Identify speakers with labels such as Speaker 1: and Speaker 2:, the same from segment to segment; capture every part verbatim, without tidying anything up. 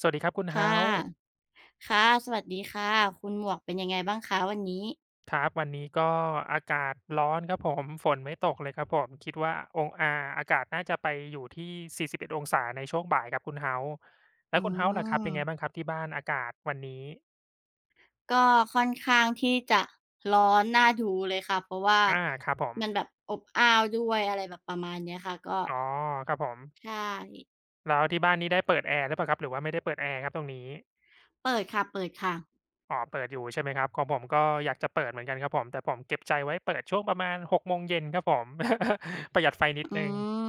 Speaker 1: สวัสดีครับคุณ h
Speaker 2: ค่ะ
Speaker 1: o าส์
Speaker 2: ค่ะ สวัสดีค่ะ คุณหมวกเป็นยังไงบ้างคะวันนี้
Speaker 1: ครับวันนี้ก็อากาศร้อนครับผมฝนไม่ตกเลยครับผมคิดว่าองอ่าอากาศน่าจะไปอยู่ที่สี่สิบเอ็ดอดองศาในช่วงบ่ายครับคุณ h o าส์แล้
Speaker 2: อื
Speaker 1: วคุณ h o า s e ล่ะครับ
Speaker 2: ม
Speaker 1: เป็นไงบ้างครับที่บ้านอากาศวันนี้
Speaker 2: ก็ค่อนข้างที่จะร้อนน่าดูเลยค่ะเพราะว่า
Speaker 1: อาครับผม
Speaker 2: มันแบบอบอ้าวด้วยอะไรแบบประมาณเนี้ยค่ะก็
Speaker 1: อ๋อครับผม
Speaker 2: ใช่
Speaker 1: แล้วที่บ้านนี่ได้เปิดแอร์หรือเปล่าครับหรือว่าไม่ได้เปิดแอร์ครับตรงนี้
Speaker 2: เปิดค่ะเปิดค่ะ
Speaker 1: อ๋อเปิดอยู่ใช่ไหมครับของผมก็อยากจะเปิดเหมือนกันครับผมแต่ผมเก็บใจไว้เปิดช่วงประมาณหกโมงเย็นครับผม ประหยัดไฟนิด
Speaker 2: อื
Speaker 1: หนึ่ง
Speaker 2: ม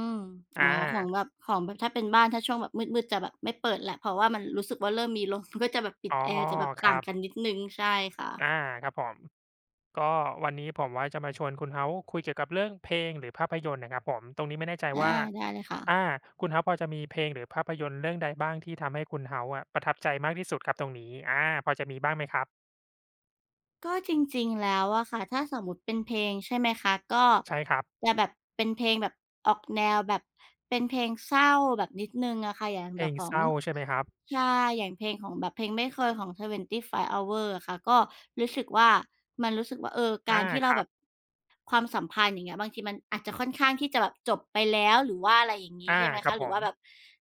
Speaker 1: อ
Speaker 2: อ๋อของ
Speaker 1: า
Speaker 2: แบบของแบบถ้าเป็นบ้านถ้าช่วงแบบมืดๆจะแบบไม่เปิดแหละเพราะว่ามันรู้สึกว่าเริ่มมีลม ก็จะแบบปิด
Speaker 1: อ๋อ
Speaker 2: แอร์จะแบบ
Speaker 1: ค
Speaker 2: ต่า
Speaker 1: รั
Speaker 2: งกัน
Speaker 1: บ
Speaker 2: นิดหนึ่งใช่
Speaker 1: อา
Speaker 2: ค่ะ
Speaker 1: ครับผม ก็วันนี้ผมว่าจะมาชวนคุณเขาคุยเกี่ยวกับเรื่องเพลงหรือภาพยนตร์นะครับผมตรงนี้ไม่แน่ใจ
Speaker 2: อา
Speaker 1: ว่า
Speaker 2: ได้เลยค่ะ
Speaker 1: อาคุณเขาพอจะมีเพลงหรือภาพยนตร์เรื่องใดบ้างที่ทำให้คุณเขาอะประทับใจมากที่สุดครับตรงนี้อาพอจะมีบ้างไหมครับ
Speaker 2: ก็จริงๆแล้วอะค่ะถ้าสมมุติเป็นเพลงใช่ไหมคะก็
Speaker 1: ใช่ครับ
Speaker 2: จะแบบเป็นเพลงแบบออกแนวแบบเป็นเพลงเศร้าแบบนิดหนึ่งอะค่ะอย่าง
Speaker 1: เพ
Speaker 2: แบ
Speaker 1: ล
Speaker 2: บ
Speaker 1: ง
Speaker 2: ขอ
Speaker 1: เศ
Speaker 2: ง
Speaker 1: ร้าใช่ไหมครับ
Speaker 2: ใช่อย่างเพลงของแบบเพลงไม่เคยของ Five Hours อะค่ะก็รู้สึกว่ามันรู้สึกว่าเออการ
Speaker 1: อา
Speaker 2: ที่
Speaker 1: ค
Speaker 2: เรา
Speaker 1: รั
Speaker 2: แบ
Speaker 1: บ
Speaker 2: บความสัมพันธ์อย่างเงี้ยบางทีมันอาจจะค่อนข้างที่จะแบบจบไปแล้วหรือว่าอะไรอย่างงี้
Speaker 1: อา
Speaker 2: ใช่ไหม
Speaker 1: ครั
Speaker 2: คะ
Speaker 1: บ
Speaker 2: ห
Speaker 1: ผ
Speaker 2: รือ
Speaker 1: ม
Speaker 2: ว่าแบบ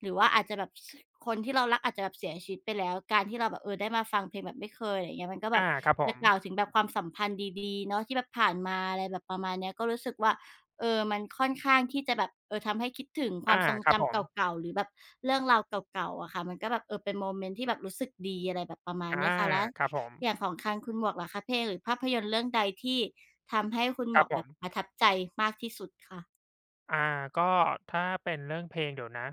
Speaker 2: หรือว่าอาจจะแบบสคนที่เรารักอาจจะแบบเสียชีวิตไปแล้วการที่เราแบบเออได้มาฟังเพลงแบบไม่เคยอะไรอย่างเงี้ยมันก็แบบ
Speaker 1: อาครับผ
Speaker 2: จะ
Speaker 1: ม
Speaker 2: กล่าวถึงแบบความสัมพันธ์ดีๆเนาะที่แบบผ่านมาอะไรแบบประมาณเนี้ยก็รู้สึกว่าเออมันค่อนข้างที่จะแบบเออทำให้คิดถึงความ
Speaker 1: อา
Speaker 2: ทรง
Speaker 1: ครับผ
Speaker 2: จำเก
Speaker 1: ม
Speaker 2: ่าๆหรือแบบเรื่องราวเก่าๆอะค่ะมันก็แบบเออเป็นโมเมนต์ที่แบบรู้สึกดีอะไรแบบประมาณ
Speaker 1: อา
Speaker 2: เนี้ยค่ะแล้ว
Speaker 1: ครับผม
Speaker 2: อย่างของทางคุณหมวกล่ะคะเพลงหรือภาพยนตร์เรื่องใดที่ทำให้คุณ
Speaker 1: ค
Speaker 2: หม
Speaker 1: รับ
Speaker 2: วก
Speaker 1: ผ
Speaker 2: แบบป
Speaker 1: ม
Speaker 2: ระทับใจมากที่สุดคะ
Speaker 1: อาก็ถ้าเป็นเรื่องเพลงเดี๋ยวนะ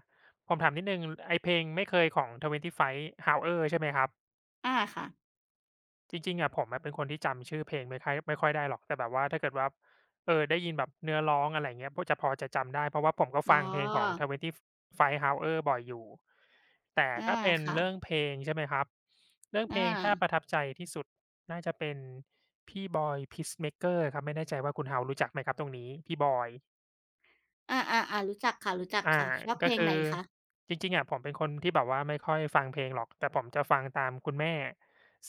Speaker 1: ผมถามนิดหนึ่งไอ้เพลงไม่เคยของทเวนตี้ไฟว์ Hour ใช่ไหมครับ
Speaker 2: อาค่ะ
Speaker 1: จริงๆอะผมอะเป็นคนที่จำชื่อเพลงไม่ค่อยไม่ค่อยได้หรอกแต่แบบว่าถ้าเกิดว่าเออได้ยินแบบเนื้อร้องอะไรอย่างเงี้ยพอจะพอจะจำได้เพราะว่าผมก็
Speaker 2: อ๋อ
Speaker 1: ฟังเพลงของ Twenty Five Hours บ่อยอยู่แต่
Speaker 2: อา
Speaker 1: ถ้าเป็นเรื่อง
Speaker 2: ค่ะ
Speaker 1: เพลงใช่ไหมครับเรื่องเพ
Speaker 2: อา
Speaker 1: ลงถ้าประทับใจที่สุดน่าจะเป็นพี่บอย Peacemaker ครับไม่แน่ใจว่าคุณ House รู้จักไหมครับตรงนี้พี่บอย
Speaker 2: อาๆๆรู้จักค่ะรู้จัก
Speaker 1: อา
Speaker 2: ค่ะชอบเพ
Speaker 1: ก็
Speaker 2: ลง
Speaker 1: คื
Speaker 2: ไหน
Speaker 1: อ
Speaker 2: คะ
Speaker 1: จริงๆอะผมเป็นคนที่แบบว่าไม่ค่อยฟังเพลงหรอกแต่ผมจะฟังตามคุณแม่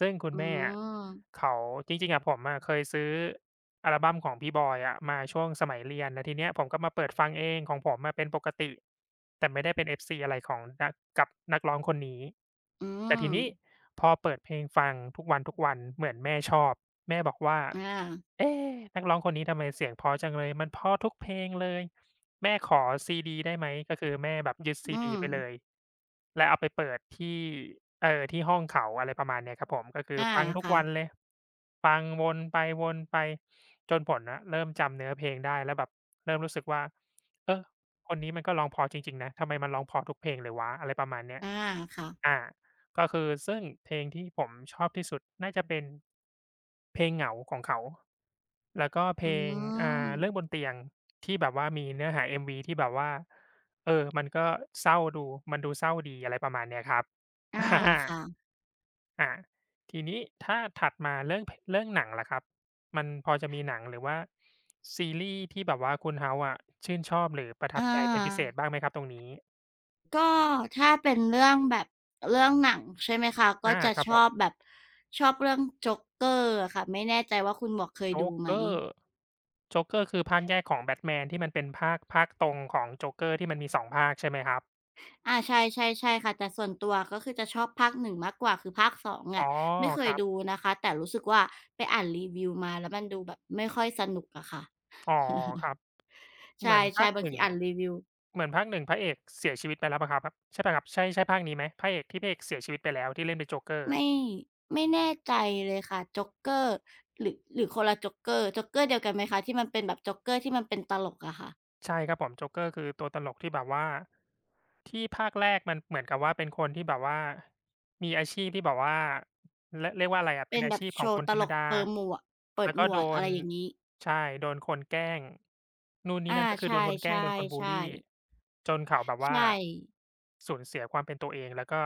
Speaker 1: ซึ่งคุณ
Speaker 2: อื
Speaker 1: แม่อะ
Speaker 2: ม
Speaker 1: เขาจริงๆอะผมอะเคยซื้อ อัลบัมของพี่บอยอะมาช่วงสมัยเรียนแล้วทีเนี้ยผมก็มาเปิดฟังเองของผมอะเป็นปกติแต่ไม่ได้เป็น เอฟ ซี อะไรของนักกับนักร้องคนนี้
Speaker 2: อื
Speaker 1: แต่ที
Speaker 2: ม
Speaker 1: นี้พอเปิดเพลงฟังทุกวันๆเหมือนแม่ชอบแม่บอกว่า
Speaker 2: อา
Speaker 1: เอ๊นักร้องคนนี้ทำไมเสียงเพราะจังเลยมันเพราะทุกเพลงเลยแม่ขอซีดีได้ไหมก็คือแม่แบบยึดซี
Speaker 2: อื
Speaker 1: ดี
Speaker 2: ม
Speaker 1: ไปเลย และเอาไปเปิดที่เอ่อที่ห้องเขาอะไรประมาณเนี้ยครับผมก็คือ
Speaker 2: อา
Speaker 1: ฟังทุก
Speaker 2: ค่ะ
Speaker 1: วันเลยฟังวนไปวนไปจนผลอะเริ่มจำเนื้อเพลงได้แล้วแบบเริ่มรู้สึกว่าเออคนนี้มันก็ร้องเพราะจริงๆนะทำไมมันร้องเพราะทุกเพลงเลยวะอะไรประมาณเนี้ย
Speaker 2: อาค่ะ
Speaker 1: อาก็คือซึ่งเพลงที่ผมชอบที่สุดน่าจะเป็นเพลงเหงาของเขา แล้วก็เพ
Speaker 2: อื
Speaker 1: ลงอ่าเรื่องบน
Speaker 2: ม
Speaker 1: เตียงที่แบบว่ามีเนื้อหา เอ็ม วี ที่แบบว่าเออมันก็เศร้าดูมันดูเศร้าดีอะไรประมาณเนี้ยครับ
Speaker 2: อา
Speaker 1: อา
Speaker 2: ค่ะ
Speaker 1: อาทีนี้ถ้าถัดมาเรื่องพเรื่องหนังล่ะครับมันพอจะมีหนังหรือว่าซีรีส์ที่แบบว่าคุณ House อะชื่นชอบหรือประ
Speaker 2: อ
Speaker 1: ทับใจเป็นพิเศ
Speaker 2: า
Speaker 1: ษบ้างไหมครับตรงนี้
Speaker 2: ก็ถ้าเป็นเรื่องแบบเรื่องหนังใช่ไหมคะก็
Speaker 1: อา
Speaker 2: จะ
Speaker 1: ครับ
Speaker 2: ช
Speaker 1: ผ
Speaker 2: อ
Speaker 1: ม
Speaker 2: บแบบชอบเรื่องโจ๊กเกอร์อะค่ะไม่แน่ใจว่าคุณหมวกเคยดูไหม
Speaker 1: Joker Joker คือภาคแยกของ Batman ที่มันเป็นภาคภาคตรงของ Joker ที่มันมีสองภาคใช่ไหมครับ
Speaker 2: อ่าใช่ๆใช่ค่ะแต่ส่วนตัวก็คือจะชอบภาคหนึ่งมากกว่าคือภาคสอง
Speaker 1: อ๋อ
Speaker 2: เนี่ะไม่เค
Speaker 1: ค
Speaker 2: ย
Speaker 1: รับ
Speaker 2: ดูนะคะแต่รู้สึกว่าไปอ่านรีวิวมาแล้วมันดูแบบไม่ค่อยสนุกอะค่ะ
Speaker 1: อ๋อครับ
Speaker 2: ใช
Speaker 1: เหมือนภา
Speaker 2: ่
Speaker 1: ค
Speaker 2: ๆบา
Speaker 1: ห
Speaker 2: ง
Speaker 1: นึ่
Speaker 2: ที
Speaker 1: ง
Speaker 2: อ่านรีวิว
Speaker 1: เหมือนภาคหนึ่งพระเอกเสียชีวิตไปแล้วเปล่าครับใช่เปล่าครับใช่ใช่ภาคนี้ไหมพระเอกที่พระเอกเสียชีวิตไปแล้วที่เล่นเป็นโจ๊กเกอร์
Speaker 2: ไม่ไม่แน่ใจเลยค่ะโจกเกอร์หรือหรือคนละโจกเกอร์โจ k อกเกอร์เดียวกันไหมคะที่มันเป็นแบบโจ๊กเกอร์ที่มันเป็นตลกอะค่ะ
Speaker 1: ใช่ครับผมโจ๊กเกอร์คือตัวตลกที่แบบว่าที่ภาคแรกมันเหมือนกับว่าเป็นคนที่แบบว่ามีอาชีพที่แบบว่าเรียกเรียกว่าอะไรอะเป็
Speaker 2: เป็
Speaker 1: น
Speaker 2: น
Speaker 1: อา
Speaker 2: แบบ
Speaker 1: ชีพ
Speaker 2: โช
Speaker 1: ของค
Speaker 2: ว์
Speaker 1: น
Speaker 2: ต
Speaker 1: ธร
Speaker 2: ล
Speaker 1: รม
Speaker 2: ก
Speaker 1: ดา
Speaker 2: เปิดหมวกเปิด
Speaker 1: แล้ว
Speaker 2: หม
Speaker 1: ก็
Speaker 2: ว
Speaker 1: โด
Speaker 2: กอะ
Speaker 1: น
Speaker 2: ไรอย่างงี้
Speaker 1: ใช่โดนคนแกล้งนู่นนี่
Speaker 2: อา
Speaker 1: นั่นก็คื
Speaker 2: ใช
Speaker 1: อโดนคนแกล้งโดนคนบุลลี
Speaker 2: ่ๆ
Speaker 1: จนเขาแบบ
Speaker 2: ๆ
Speaker 1: ว่า
Speaker 2: ใช่
Speaker 1: สูญเสียความเป็นตัวเองแล้วก็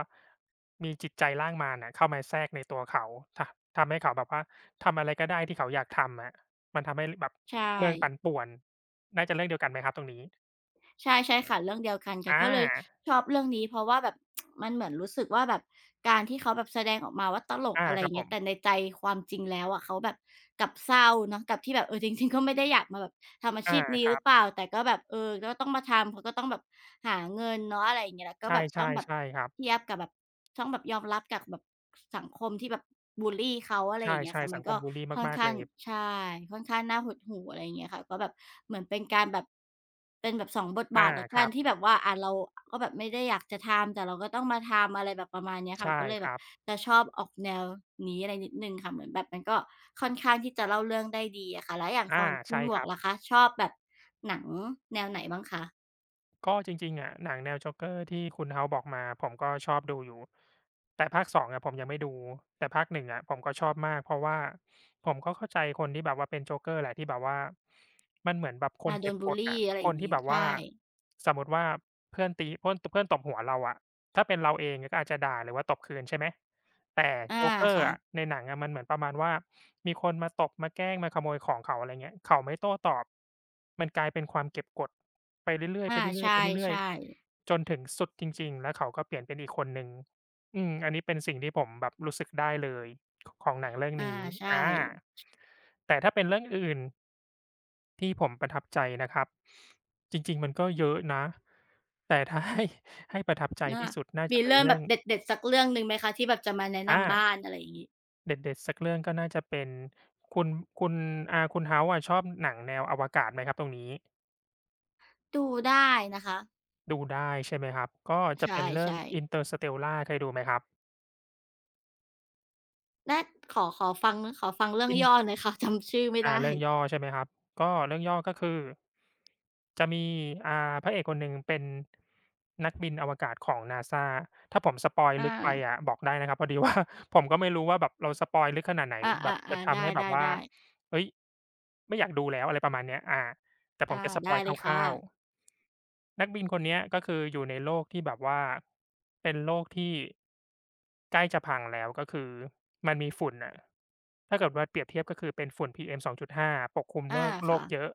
Speaker 1: มีจิตใจร่างมารอะเข้ามาแทรกในตัวเขาททำให้เขาแบบว่าทำอะไรก็ได้ที่เขาอยากทำอะ มันทำให้แบบ
Speaker 2: ใช่
Speaker 1: เมืองปั่นป่วนน่าจะเรื่องเดียวกันไหมครับตรงนี้
Speaker 2: ใช่ใช่ค่ะเรื่องเดียวกันค่ะ
Speaker 1: อ
Speaker 2: ก็เลย
Speaker 1: า
Speaker 2: ชอบเรื่องนี้เพราะว่าแบบ มันเหมือนรู้สึกว่าแบบการที่เขาแบบแสดงออกมาว่าตลก
Speaker 1: อา
Speaker 2: อะไร
Speaker 1: ค
Speaker 2: อ
Speaker 1: รั
Speaker 2: ย่า
Speaker 1: บ
Speaker 2: ง
Speaker 1: ผ
Speaker 2: เงี้ย
Speaker 1: ม
Speaker 2: แต่ในใจความจริงแล้วอะเขาแบบกลับเศร้าเนาะกับที่แบบเออ จริงๆก็ไม่ได้อยากมาแบบทำอาชี
Speaker 1: อา
Speaker 2: พนี้
Speaker 1: ค
Speaker 2: ห
Speaker 1: รั
Speaker 2: รือเป
Speaker 1: บ
Speaker 2: ล่าแต่ก็แบบเออก็ต้องมาทำเขาก็ต้องแบบหาเงินเนาะอะไรอย่างเงี้ยแล้วก็
Speaker 1: ใช่
Speaker 2: แบบต้องแบ
Speaker 1: ๆ
Speaker 2: บ
Speaker 1: ใช่ครับ
Speaker 2: เทียบกับแบบต้องแบบยอมรับกับแบบสังคมที่แบบบุลลีเขาอะไร
Speaker 1: ใช
Speaker 2: อย่างเงี้ย
Speaker 1: ่
Speaker 2: ค่ะ
Speaker 1: ๆ
Speaker 2: มั
Speaker 1: สั
Speaker 2: น
Speaker 1: งค
Speaker 2: ก็
Speaker 1: มบุลลี
Speaker 2: ค่อน
Speaker 1: มากๆ
Speaker 2: ข้า
Speaker 1: เล
Speaker 2: ง
Speaker 1: ย
Speaker 2: ใช่ค่อนข้างน่าหดหู่อะไรอย่างเงี้ยค่ะก็แบบเหมือนเป็นการแบบ เป็นแบบสองบท
Speaker 1: อา
Speaker 2: บาทแล้ว
Speaker 1: ค
Speaker 2: กั
Speaker 1: รั
Speaker 2: นที่
Speaker 1: บ
Speaker 2: แบบว่าอ่าเราก็แบบไม่ได้อยากจะทำแต่เราก็ต้องมาทำอะไรแบบประมาณเนี้ยค่ะ
Speaker 1: ใช่
Speaker 2: ก็เลย
Speaker 1: ค
Speaker 2: แบบ
Speaker 1: รับ
Speaker 2: จะชอบออกแนวนี้อะไรนิดหนึ่งค่ะเหมือนแบบมันก็ค่อนข้างที่จะเล่าเรื่องได้ดีอะค่ะแล้วอย่างข
Speaker 1: อา
Speaker 2: องคุณ
Speaker 1: ใช่
Speaker 2: หม
Speaker 1: ค
Speaker 2: วก
Speaker 1: รับ
Speaker 2: ล่ะคะชอบแบบหนังแนวไหนบ้างคะ
Speaker 1: ก็จริงๆอะหนังแนว Joker ที่คุณ House บอกมาผมก็ชอบดูอยู่แต่ภาคสองอะผมยังไม่ดูแต่ภาคหนึ่งอะผมก็ชอบมากเพราะว่าผมก็เข้าใจคนที่แบบว่าเป็น Joker แหละที่แบบว่ามันเหมือนแบบค
Speaker 2: อ่า
Speaker 1: น
Speaker 2: โด
Speaker 1: เก็
Speaker 2: น
Speaker 1: บ
Speaker 2: บุ
Speaker 1: ก
Speaker 2: ล
Speaker 1: ด
Speaker 2: ลี
Speaker 1: อะ
Speaker 2: อะไร
Speaker 1: ค
Speaker 2: อ
Speaker 1: น
Speaker 2: ย่าง
Speaker 1: ที่
Speaker 2: งี้
Speaker 1: แบบว่า
Speaker 2: ใช่
Speaker 1: สมมุติว่าเพื่อนตีเพื่อนเพื่อนตบหัวเราอะถ้าเป็นเราเองก็อาจจะด่าหรือว่าตบคืนใช่ไหมแต่
Speaker 2: อา
Speaker 1: Joker
Speaker 2: ค่ะ
Speaker 1: อะในหนังอะมันเหมือนประมาณว่ามีคนมาตบมาแกล้งมาขโมยของเขาอะไรเงี้ยเขาไม่โต้ตอบมันกลายเป็นความเก็บกด ไปเรื่อยๆไป
Speaker 2: อา
Speaker 1: เรื่
Speaker 2: ใช
Speaker 1: อยๆไปเรื่อย
Speaker 2: ่ๆ
Speaker 1: ๆจนถึงสุดจริงๆแล้วเขาก็เปลี่ยนเป็นอีกคนหนึ่งอืมอันนี้เป็นสิ่งที่ผมแบบรู้สึกได้เลยขของหนังเรื่อง
Speaker 2: อา
Speaker 1: นี้
Speaker 2: ใช่
Speaker 1: อาแต่ถ้าเป็นเรื่องอื่นที่ผมประทับใจนะครับจริงๆมันก็เยอะนะแต่ถ้า ให้ให้ประทับใจ
Speaker 2: อา
Speaker 1: ที่สุดน่าจะ
Speaker 2: มี
Speaker 1: เป็น
Speaker 2: เรื่อง
Speaker 1: เรื่
Speaker 2: แบ
Speaker 1: อง
Speaker 2: บเด็ดๆสักเรื่องหนึ่งไหมคะที่แบบจะมาแนะ
Speaker 1: อา
Speaker 2: นำบ้านอะไรอย่างงี้
Speaker 1: เด็ดๆสักเรื่องก็น่าจะเป็นคุณคุณอ่าคุณเฮาส์อะชอบหนังแนวอวกาศไหมครับตรงนี้
Speaker 2: ดูได้นะคะ
Speaker 1: ดูได้ใช่ไหมครับก็
Speaker 2: ใ
Speaker 1: จะเป็นเรื่อง
Speaker 2: ช่ๆ
Speaker 1: Interstellar เคยดูไหมครับ
Speaker 2: และขอขอฟังขอฟังเรื่องย่
Speaker 1: In
Speaker 2: อหน่อยค่ะ จำชื่อไม่
Speaker 1: อา
Speaker 2: ได้
Speaker 1: เรื่องย่อใช่ไหมครับก็เรื่องย่อก็คือจะมีอ่าพระเอกคนหนึ่งเป็นนักบินอวกาศของ NASA ถ้าผมสปอยล์ลึกไป
Speaker 2: อา
Speaker 1: อะบอกได้นะครับพอดี ว่าผมก็ไม่รู้ว่าแบบเราสปอยล์ลึกขนาดไหน
Speaker 2: อ
Speaker 1: แบบจะ
Speaker 2: าๆๆได
Speaker 1: ทำให้แบบว่า
Speaker 2: ้ๆๆ
Speaker 1: เฮ้ยไม่อยากดูแล้วอะไรประมาณเนี้ยอาแต่ผม
Speaker 2: อา
Speaker 1: จะสปอ
Speaker 2: ได้
Speaker 1: ยล์
Speaker 2: เลย
Speaker 1: ค
Speaker 2: ค่ะ
Speaker 1: ร่าวๆ นักบินคนเนี้ยก็คืออยู่ในโลกที่แบบว่าเป็นโลกที่ใกล้จะพังแล้วก็คือมันมีฝุ่นน่ะถ้าเกิดว่าเปรียบเทียบก็คือเป็นฝุ่น พี เอ็ม สองจุดห้าปกคลุมโล
Speaker 2: อา
Speaker 1: กโล
Speaker 2: ค่ะ
Speaker 1: กเยอะ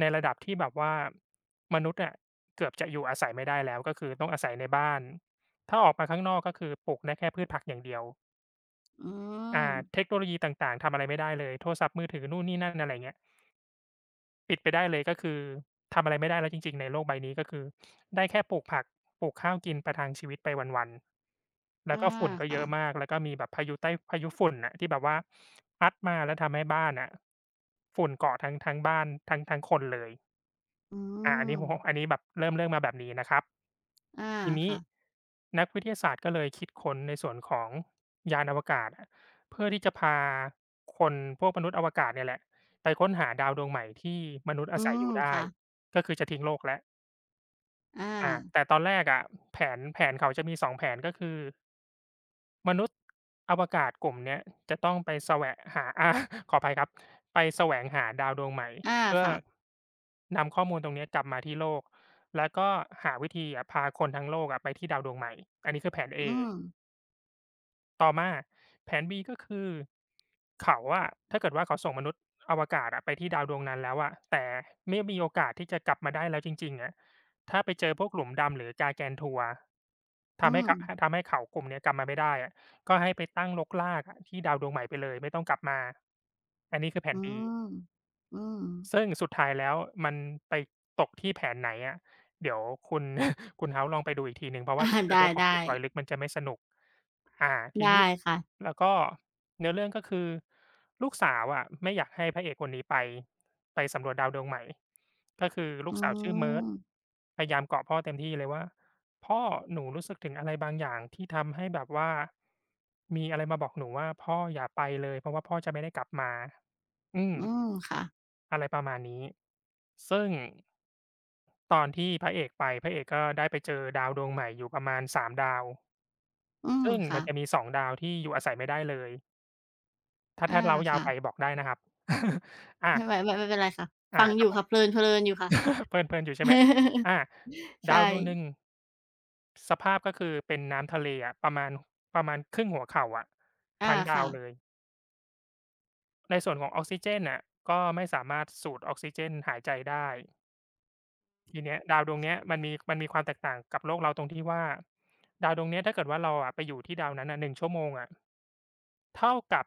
Speaker 1: ในระดับที่แบบว่ามนุษย์อะเกือบจะอยู่อาศัยไม่ได้แล้วก็คือต้องอาศัยในบ้านถ้าออกมาข้างนอกก็คือปลูกได้แค่พืชผักอย่างเดียว
Speaker 2: อืม
Speaker 1: อ่าเทคโนโลยีต่างๆทำอะไรไม่ได้เลยโทรศัพท์มือถือนู่นนี่นั่นอะไรเงี้ย ปิดไปได้เลยก็คือทำอะไรไม่ได้แล้วจริงๆในโลกใบนี้ก็คือได้แค่ปลูกผักปลูกข้าวกินประทังชีวิตไปวันๆแล้
Speaker 2: อา
Speaker 1: วก็ฝุ่นก็เย
Speaker 2: ค่ะ
Speaker 1: อะมากแล้วก็มีแบบพายุไต้พายุฝุ่นน่ะที่แบบว่าพัดมาแล้วทำให้บ้านอะฝุ่นเกาะทั้งทั้งบ้านทั้งทั้งคนเลย
Speaker 2: อื
Speaker 1: อาอัน
Speaker 2: ม
Speaker 1: นี้โอ้โฮอันนี้แบบเริ่มเริ่มมาแบบนี้นะครับ
Speaker 2: อา
Speaker 1: ทีนี้
Speaker 2: ค่ะ
Speaker 1: นักวิทยาศาสตร์ก็เลยคิดค้นในส่วนของยานอวกาศอะเพื่อที่จะพาคนพวกมนุษย์อวกาศเนี่ยแหละไปค้นหาดาวดวงใหม่ที่มนุษย์อา
Speaker 2: อื
Speaker 1: ศัยอ
Speaker 2: ม
Speaker 1: ยู่ได้
Speaker 2: ค่ะ
Speaker 1: ก็คือจะทิ้งโลกแล้ว
Speaker 2: อา
Speaker 1: อาแต่ตอนแรกอะแผนแผนเขาจะมีสองแผนก็คือ มนุษย์อวกาศกลุ่มเนี้ยจะต้องไปแสวงหา อาขออภัยครับไปแสวงหาดาวดวงใหม่
Speaker 2: อา
Speaker 1: เพื่อ
Speaker 2: ค่ะ
Speaker 1: นำข้อมูลตรงเนี้ยกลับมาที่โลกแล้วก็หาวิธีอะพาคนทั้งโลกอะไปที่ดาวดวงใหม่อันนี้คือแผน A
Speaker 2: อืม
Speaker 1: ต่อมาแผน B ก็คือเขาอะถ้าเกิดว่าเขาส่งมนุษย์อวกาศอะไปที่ดาวดวงนั้นแล้วอะแต่ไม่มีโอกาสที่จะกลับมาได้แล้วจริงๆอะถ้าไปเจอพวกหลุมดำหรือ gargantua
Speaker 2: อื
Speaker 1: ทำให้
Speaker 2: ม
Speaker 1: กทำให้เขากลุ่มเนี้ยกลับมาไม่ได้อะก็ให้ไปตั้งรกรากอะที่ดาวดวงใหม่ไปเลยไม่ต้องกลับมาอันนี้คือแผ
Speaker 2: อื
Speaker 1: น B
Speaker 2: มอืม
Speaker 1: ซึ่งสุดท้ายแล้วมันไปตกที่แผนไหนอะเดี๋ยวคุณ คุณ House ลองไปดูอีกทีหนึ่งเพราะ
Speaker 2: อา
Speaker 1: ว่าถ้า เกิ
Speaker 2: ได
Speaker 1: ดว่าผม
Speaker 2: ้
Speaker 1: จะปล่อยลึก
Speaker 2: ๆ
Speaker 1: มันจะไม่สนุกอ่าทีนี้
Speaker 2: ได้ค่ะ
Speaker 1: แล้วก็เนื้อเรื่องก็คือลูกสาวอะไม่อยากให้พระเอกคนนี้ไปไปสำรวจดาวดวงใหม่ก็คือลู
Speaker 2: อื
Speaker 1: กสาวชื่อ
Speaker 2: ม
Speaker 1: Merge พยายามเกาะพ่อเต็มที่เลยว่าพ่อหนูรู้สึกถึงอะไรบางอย่างที่ทำให้แบบว่ามีอะไรมาบอกหนูว่าพ่ออย่าไปเลยเพราะว่าพ่อจะไม่ได้กลับมาอืม
Speaker 2: อืมค่ะ
Speaker 1: อะไรประมาณนี้ ซึ่งตอนที่พระเอกไปพระเอกก็ได้ไปเจอดาวดวงใหม่อยู่ประมาณสามดาว
Speaker 2: อืม
Speaker 1: ซึ่งมั
Speaker 2: ค่ะ
Speaker 1: นจะมีสองดาวที่อยู่อาศัยไม่ได้เลย ถ้า
Speaker 2: อา
Speaker 1: ถ้าเร้ายาวไป
Speaker 2: ค่ะ
Speaker 1: บอกได้นะครับ อา
Speaker 2: ไม่ไม่ไม่เป็นไรค่ะ
Speaker 1: อา
Speaker 2: ฟังอ
Speaker 1: ครั
Speaker 2: ยู่ค่ะ
Speaker 1: บ
Speaker 2: เพลินๆอยู่ค่ะ
Speaker 1: เพลินเพลินอยู่ใช่ไหมอา ดา
Speaker 2: ใช่
Speaker 1: วดวงหนึ่งสภาพก็คือเป็นน้ำทะเลอะประมาณประมาณครึ่งหัวเข่าอะ
Speaker 2: อ่า
Speaker 1: ทั้งดา
Speaker 2: ค่ะ
Speaker 1: วเลย ในส่วนของออกซิเจนน่ะก็ไม่สามารถสูดออกซิเจนหายใจได้ ทีเนี้ยดาวดวงเนี้ยมันมีมันมีความแตกต่างกับโลกเราตรงที่ว่าดาวดวงเนี้ยถ้าเกิดว่าเราอะไปอยู่ที่ดาวนั้นน่ะหนึ่งชั่วโมงอะเท่ากับ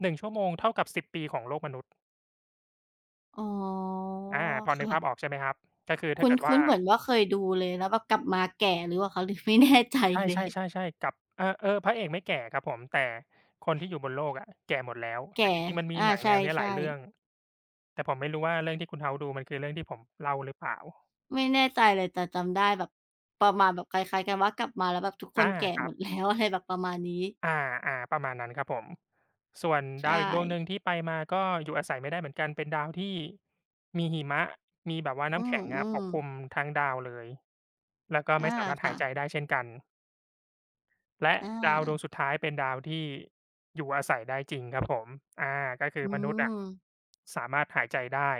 Speaker 1: หนึ่งชั่วโมงเท่ากับสิศูนย์ปีของโลกมนุษย์
Speaker 2: อ๋อ
Speaker 1: อาพอนึกภาพออ
Speaker 2: ค่ะ
Speaker 1: กใช่ไหมครับก็คือถ้า
Speaker 2: คุ
Speaker 1: เกิดว่า
Speaker 2: ้นๆเหมือนว่าเคยดูเลยแล้วแบบกลับมาแก่หรือว่าคะหรือไม่แน่ใจ
Speaker 1: ใช
Speaker 2: เลย
Speaker 1: ่ๆๆๆกับเออเออพระเอกไม่แก่ครับผมแต่คนที่อยู่บนโลกอะแก่หมดแล้วแต่
Speaker 2: แก่
Speaker 1: จริงๆมันมี
Speaker 2: อา
Speaker 1: หนังแนวเนี้ยหลา
Speaker 2: ใช่
Speaker 1: ยเรื่องแต่ผมไม่รู้ว่าเรื่องที่คุณ House ดูมันคือเรื่องที่ผมเล่าหรือเปล่า
Speaker 2: ๆไม่แน่ใจเลยแต่จำได้แบบประมาณแบบคล้ายๆกันว่ากลับมาแล้วแบบทุกค
Speaker 1: อา
Speaker 2: นแก่
Speaker 1: ค
Speaker 2: ห
Speaker 1: รั
Speaker 2: ม
Speaker 1: บ
Speaker 2: ดแล้ว อะไรแบบประมาณนี้
Speaker 1: อาอาประมาณนั้นครับผมส่วนดา
Speaker 2: ใช่
Speaker 1: วอีกดวงหนึ่งที่ไปมาก็อยู่อาศัยไม่ได้เหมือนกันเป็นดาวที่มีหิมะมีแบบว่า
Speaker 2: อื
Speaker 1: น้ำ
Speaker 2: ม
Speaker 1: แข็ง
Speaker 2: อื
Speaker 1: อะป
Speaker 2: ม
Speaker 1: กคลุมทั้งดาวเลยแล้วก็ไม่
Speaker 2: อา
Speaker 1: สามารถหา
Speaker 2: ค่ะ
Speaker 1: ยใจได้เช่นกันและ
Speaker 2: อ
Speaker 1: ดาวดวง
Speaker 2: า
Speaker 1: สุดท้ายเป็นดาวที่อยู่อาศัยได้จริงครับผมอาก็คือ
Speaker 2: อื
Speaker 1: มนุษย์อะ
Speaker 2: ม
Speaker 1: สามารถหายใจได้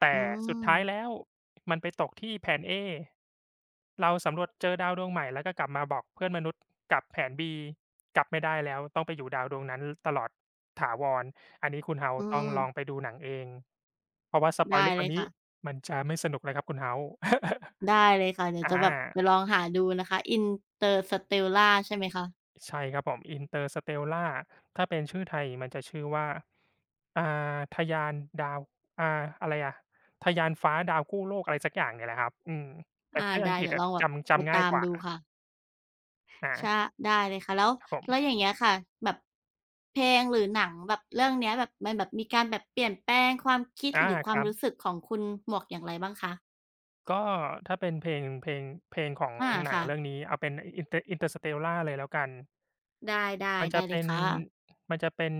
Speaker 1: แต่
Speaker 2: อื
Speaker 1: สุด
Speaker 2: ม
Speaker 1: ท้ายแล้วมันไปตกที่ Plan A เราสำรวจเจอดาวดวงใหม่แล้วก็กลับมาบอกเพื่อนมนุษย์กับแผน B กลับไม่ได้แล้วต้องไปอยู่ดาวดวงนั้นตลอดถาวรอันนี้คุณ
Speaker 2: อื
Speaker 1: House ต้อง
Speaker 2: ม
Speaker 1: ลองไปดูหนังเองเพราะว่าสปอยล์
Speaker 2: ได้
Speaker 1: ลึกก
Speaker 2: เล
Speaker 1: ว่า
Speaker 2: ย
Speaker 1: นี้
Speaker 2: ค่ะ
Speaker 1: มันจะไม่สนุกเลยครับคุณ House
Speaker 2: ได้เลยค่ะ เดี๋ยว
Speaker 1: อ
Speaker 2: จะแบบไป
Speaker 1: า
Speaker 2: ลองหาดูนะคะอินเตอร์ส t e ลล่าใช่ไหมคะ
Speaker 1: ใช่ครับผม Interstellar ถ้าเป็นชื่อไทยมันจะชื่อว่าอ่าทะยานดาวอ่าอะไรอะทะยานฟ้าดาวกู้โลกอะไรสักอย่างเนี่ยแหละครับอืมแต่
Speaker 2: อา
Speaker 1: ชื่ออัง
Speaker 2: ได้
Speaker 1: กฤษ
Speaker 2: เดี๋ยว
Speaker 1: อะ
Speaker 2: ลองแบบ
Speaker 1: จำ
Speaker 2: ไป
Speaker 1: จำง่าย
Speaker 2: ตาม
Speaker 1: กว่า
Speaker 2: ดูค่ะ
Speaker 1: อา
Speaker 2: ใช่ได้เลยค่ะแล้ว
Speaker 1: ครับผ
Speaker 2: แล้วอ
Speaker 1: ม
Speaker 2: ย่างเงี้ยค่ะแบบเพลงหรือหนังแบบเรื่องเนี้ยแบบมันแบบมีการแบบเปลี่ยนแปลงความคิด
Speaker 1: อา
Speaker 2: หรือค
Speaker 1: ค
Speaker 2: วาม
Speaker 1: รับ
Speaker 2: รู้สึกของคุณหมวกอย่างไรบ้างคะ
Speaker 1: ก็ถ้าเป็นเพลงเพลงเพลงของ
Speaker 2: อา
Speaker 1: หนังเรื่อง
Speaker 2: ค่ะ
Speaker 1: นี้เอาเป็น Inter Interstellar เลยแล้วกัน
Speaker 2: ได้ๆ
Speaker 1: มันจะ
Speaker 2: ได้เลย
Speaker 1: เป็น
Speaker 2: ค่ะ
Speaker 1: มันจะเป็น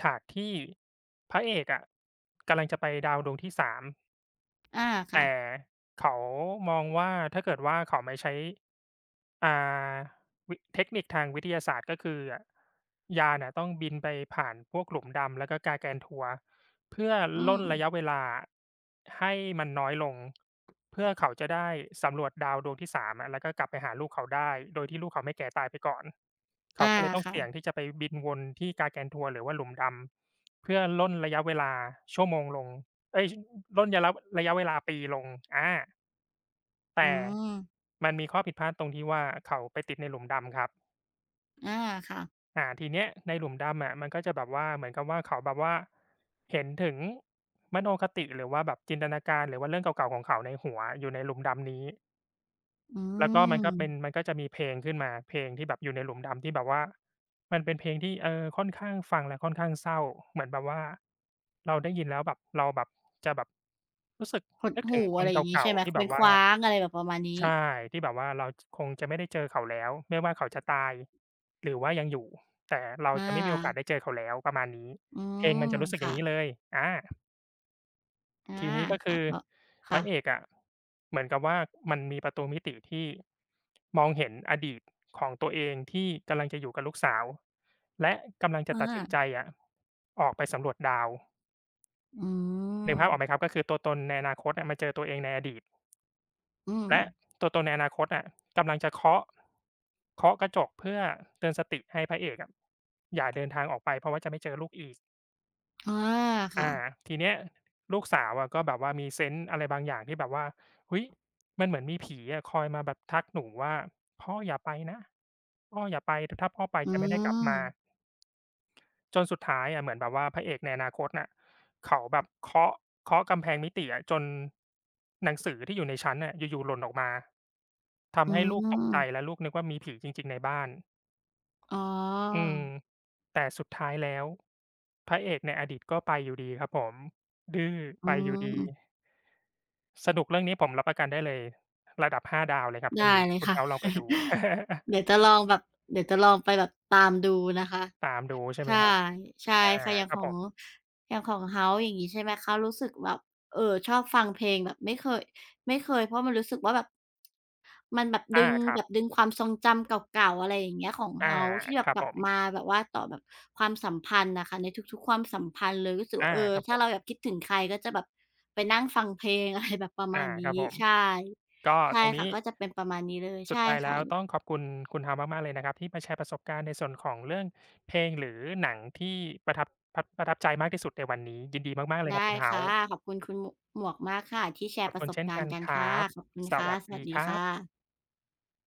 Speaker 1: ฉากที่พระเอกอะกำลังจะไปดาวดวงที่สาม
Speaker 2: อาค่ะ
Speaker 1: แต่เขามองว่าถ้าเกิดว่าเขาไม่ใช้ อ่าวิเทคนิคทางวิทยาศาสตร์ก็คือยานน่ะต้องบินไปผ่านพวกหลุมดำแล้วก็กาแกนท t ว u เพื่อ
Speaker 2: อื
Speaker 1: ล่
Speaker 2: ม
Speaker 1: นระยะเวลาให้มันน้อยลงเพื่อเขาจะได้สำรวจดาวดวงที่สามอะแล้วก็กลับไปหาลูกเขาได้โดยที่ลูกเขาไม่แก่ตายไปก่อน
Speaker 2: อา
Speaker 1: เขาก็เลยต้อง
Speaker 2: ค่ะ
Speaker 1: เสี่ยงที่จะไปบินวนที่ g า r ก a n t ว o u หรือว่าหลุมดำเพื่อล่นระยะเวลาชั่วโมงลงเอ้ยร่นยะระระยะเวลาปีลงอา
Speaker 2: อื
Speaker 1: แต่
Speaker 2: ม
Speaker 1: มันมีข้อผิดพลาดตรงที่ว่าเขาไปติดในหลุมดำครับ
Speaker 2: อาค่ะ
Speaker 1: อ่าทีเนี้ยในหลุมดำอะมันก็จะแบบว่าเหมือนกับว่าเขาแบบว่าเห็นถึงมโนคติหรือว่าแบบจินตนาการหรือว่าเรื่องเก่าๆของเขาในหัวอยู่ในหลุมดำนี้
Speaker 2: อื
Speaker 1: แล้วก็มันก็เป็น
Speaker 2: ม
Speaker 1: มันก็จะมีเพลงขึ้นมาเพลงที่แบบอยู่ในหลุมดำที่แบบว่ามันเป็นเพลงที่เออค่อนข้างฟังแล้วค่อนข้างเศร้าเหมือนแบบว่าเราได้ยินแล้วแบบเราแบบจะแบบรู้สึก
Speaker 2: หด
Speaker 1: นึกถึง
Speaker 2: หู่
Speaker 1: ค
Speaker 2: อะ
Speaker 1: น
Speaker 2: ไรอย่างงี้
Speaker 1: เก่า
Speaker 2: ใช่ไหม
Speaker 1: ๆที่
Speaker 2: เค
Speaker 1: แบ
Speaker 2: ว้
Speaker 1: บ
Speaker 2: งค
Speaker 1: ว่า
Speaker 2: ว้างอะไรแบบประมาณนี้
Speaker 1: ใช่ที่แบบว่าเราจคงจะไม่ได้เจอเขาแล้วไม่ว่าเขาจะตายหรือว่ายังอยู่แต่เรา
Speaker 2: อ
Speaker 1: จะไม่มีโอกาสได้
Speaker 2: า
Speaker 1: เจอเขาแล้วประมาณนี้
Speaker 2: อื
Speaker 1: เพลง
Speaker 2: ม
Speaker 1: มันจะรู้สึกอย่า
Speaker 2: ค่ะ
Speaker 1: งงี้เลยอา
Speaker 2: อา
Speaker 1: ทีนี้ก็
Speaker 2: ค่ะ
Speaker 1: คือ
Speaker 2: ก็
Speaker 1: พ
Speaker 2: ค่ะ
Speaker 1: ระเอกอะเหมือนกับว่ามันมีประตูมิติที่มองเห็นอดีตของตัวเองที่กำลังจะอยู่กับลูกสาวและกำลังจะ
Speaker 2: อ
Speaker 1: ตัดสิน
Speaker 2: า
Speaker 1: ใจอะออกไปสำรวจดาว
Speaker 2: อื
Speaker 1: นึ
Speaker 2: ม
Speaker 1: กภาพออกไหมครับก็คือตัวตนในอนาคตอะมาเจอตัวเองในอดีต
Speaker 2: อืม
Speaker 1: และตัวตนในอนาคตอะกำลังจะเคาะเคาะกระจกเพื่อเตือนสติให้พระเอกอะอย่าเดินทางออกไปเพราะว่าจะไม่เจอลูกอีก
Speaker 2: อาค่ะ
Speaker 1: อาทีเนี้ยลูกสาวอะก็แบบว่ามีเซนส์อะไรบางอย่างที่แบบว่าเฮ้ยมันเหมือนมีผีอะคอยมาแบบทักหนูว่าพ่ออย่าไปนะพ่ออย่าไปถ้าพ่อไป
Speaker 2: อื
Speaker 1: จะไม่ได้กลับ
Speaker 2: ม
Speaker 1: มา จนสุดท้ายอะเหมือนแบบว่าพระเอกในอนาคตน่ะเขาแบบเคาะเคาะกำแพงมิติอะจนหนังสือที่อยู่ในชั้นน่ะอยู่ๆหล่นออกมา
Speaker 2: อื
Speaker 1: ทำให้ลูกตกใจ
Speaker 2: ม
Speaker 1: และลูกนึกว่ามีผีจริงๆในบ้าน
Speaker 2: อ๋อ
Speaker 1: อืมแต่สุดท้ายแล้วพระเอกในอดีตก็ไปอยู่ดีครับผมดื้อ
Speaker 2: อื
Speaker 1: ไปอยู่ดี
Speaker 2: ม
Speaker 1: สนุกเรื่องนี้ผมรับประกันได้เลยระดับห้าดาวเลยครับเรื่อง
Speaker 2: ได้
Speaker 1: นี้
Speaker 2: เลย
Speaker 1: คุณ
Speaker 2: ค่ะ
Speaker 1: House ลองไปดู
Speaker 2: เดี๋ยวจะลองแบบเดี๋ยวจะลองไปแบบตามดูนะคะ
Speaker 1: ตามดูใช่ไหมค
Speaker 2: ใช่
Speaker 1: รับ
Speaker 2: ใช่
Speaker 1: อา
Speaker 2: ค่ะอย่า
Speaker 1: ค
Speaker 2: ง
Speaker 1: รับ
Speaker 2: ขอ
Speaker 1: ผ
Speaker 2: ง
Speaker 1: ม
Speaker 2: อย่างของ House อย่างงี้ใช่ไหมคะรู้สึกแบบเอ่อชอบฟังเพลงแบบไม่เคยไม่เคยเพราะมันรู้สึกว่าแบบมันแบบดึ
Speaker 1: อา
Speaker 2: ง
Speaker 1: ครั
Speaker 2: แบ
Speaker 1: บ
Speaker 2: บดึงความทรงจำเก่าๆอะไรอย่างเงี้ยของ
Speaker 1: อา
Speaker 2: House ที่แบ
Speaker 1: ค
Speaker 2: บ
Speaker 1: รั
Speaker 2: ก
Speaker 1: บ
Speaker 2: ลั
Speaker 1: ผ
Speaker 2: บ
Speaker 1: ม
Speaker 2: มาแบบว่าต่อแบบความสัมพันธ์น่ะค่ะในทุกๆความสัมพันธ์เลยรู้สึก
Speaker 1: อา
Speaker 2: ว่าเออ
Speaker 1: ครับผ
Speaker 2: ถ้า
Speaker 1: ม
Speaker 2: เราแบบคิดถึงใครก็จะแบบไปนั่งฟังเพลง อะไรแบบประมา
Speaker 1: อา
Speaker 2: ณ
Speaker 1: ครับ
Speaker 2: นี้
Speaker 1: ผม
Speaker 2: ใช่
Speaker 1: ก็ต
Speaker 2: ใช่
Speaker 1: รง
Speaker 2: ค่ะ
Speaker 1: นี้
Speaker 2: ก็จะเป็นประมาณนี้เลย
Speaker 1: สุด
Speaker 2: ใช่
Speaker 1: ท้าย
Speaker 2: ค่ะ
Speaker 1: แล้วต้องขอบคุณคุณเฮาส์มากๆเลยนะครับที่มาแชร์ประสบการณ์ในส่วนของเรื่องเพลงหรือหนังที่ประทับพับประทับใจมากที่สุดในวันนี้ยินดีมากๆเลยครับ
Speaker 2: ได้
Speaker 1: คุณเฮา
Speaker 2: ค่ะ
Speaker 1: ส์
Speaker 2: ขอบคุณคุณหมวกมากค่ะที่แช
Speaker 1: ข
Speaker 2: ร์
Speaker 1: อบ
Speaker 2: ประ
Speaker 1: คุณ
Speaker 2: สบ
Speaker 1: เช่น
Speaker 2: การ
Speaker 1: กั
Speaker 2: ณ์
Speaker 1: น
Speaker 2: กัน
Speaker 1: ค
Speaker 2: ค่ะ
Speaker 1: รับ
Speaker 2: ขอบคุณ
Speaker 1: ส
Speaker 2: ค่ะ
Speaker 1: วัส
Speaker 2: สวั
Speaker 1: ดี
Speaker 2: สดี
Speaker 1: ครั
Speaker 2: ค่
Speaker 1: บ
Speaker 2: ะ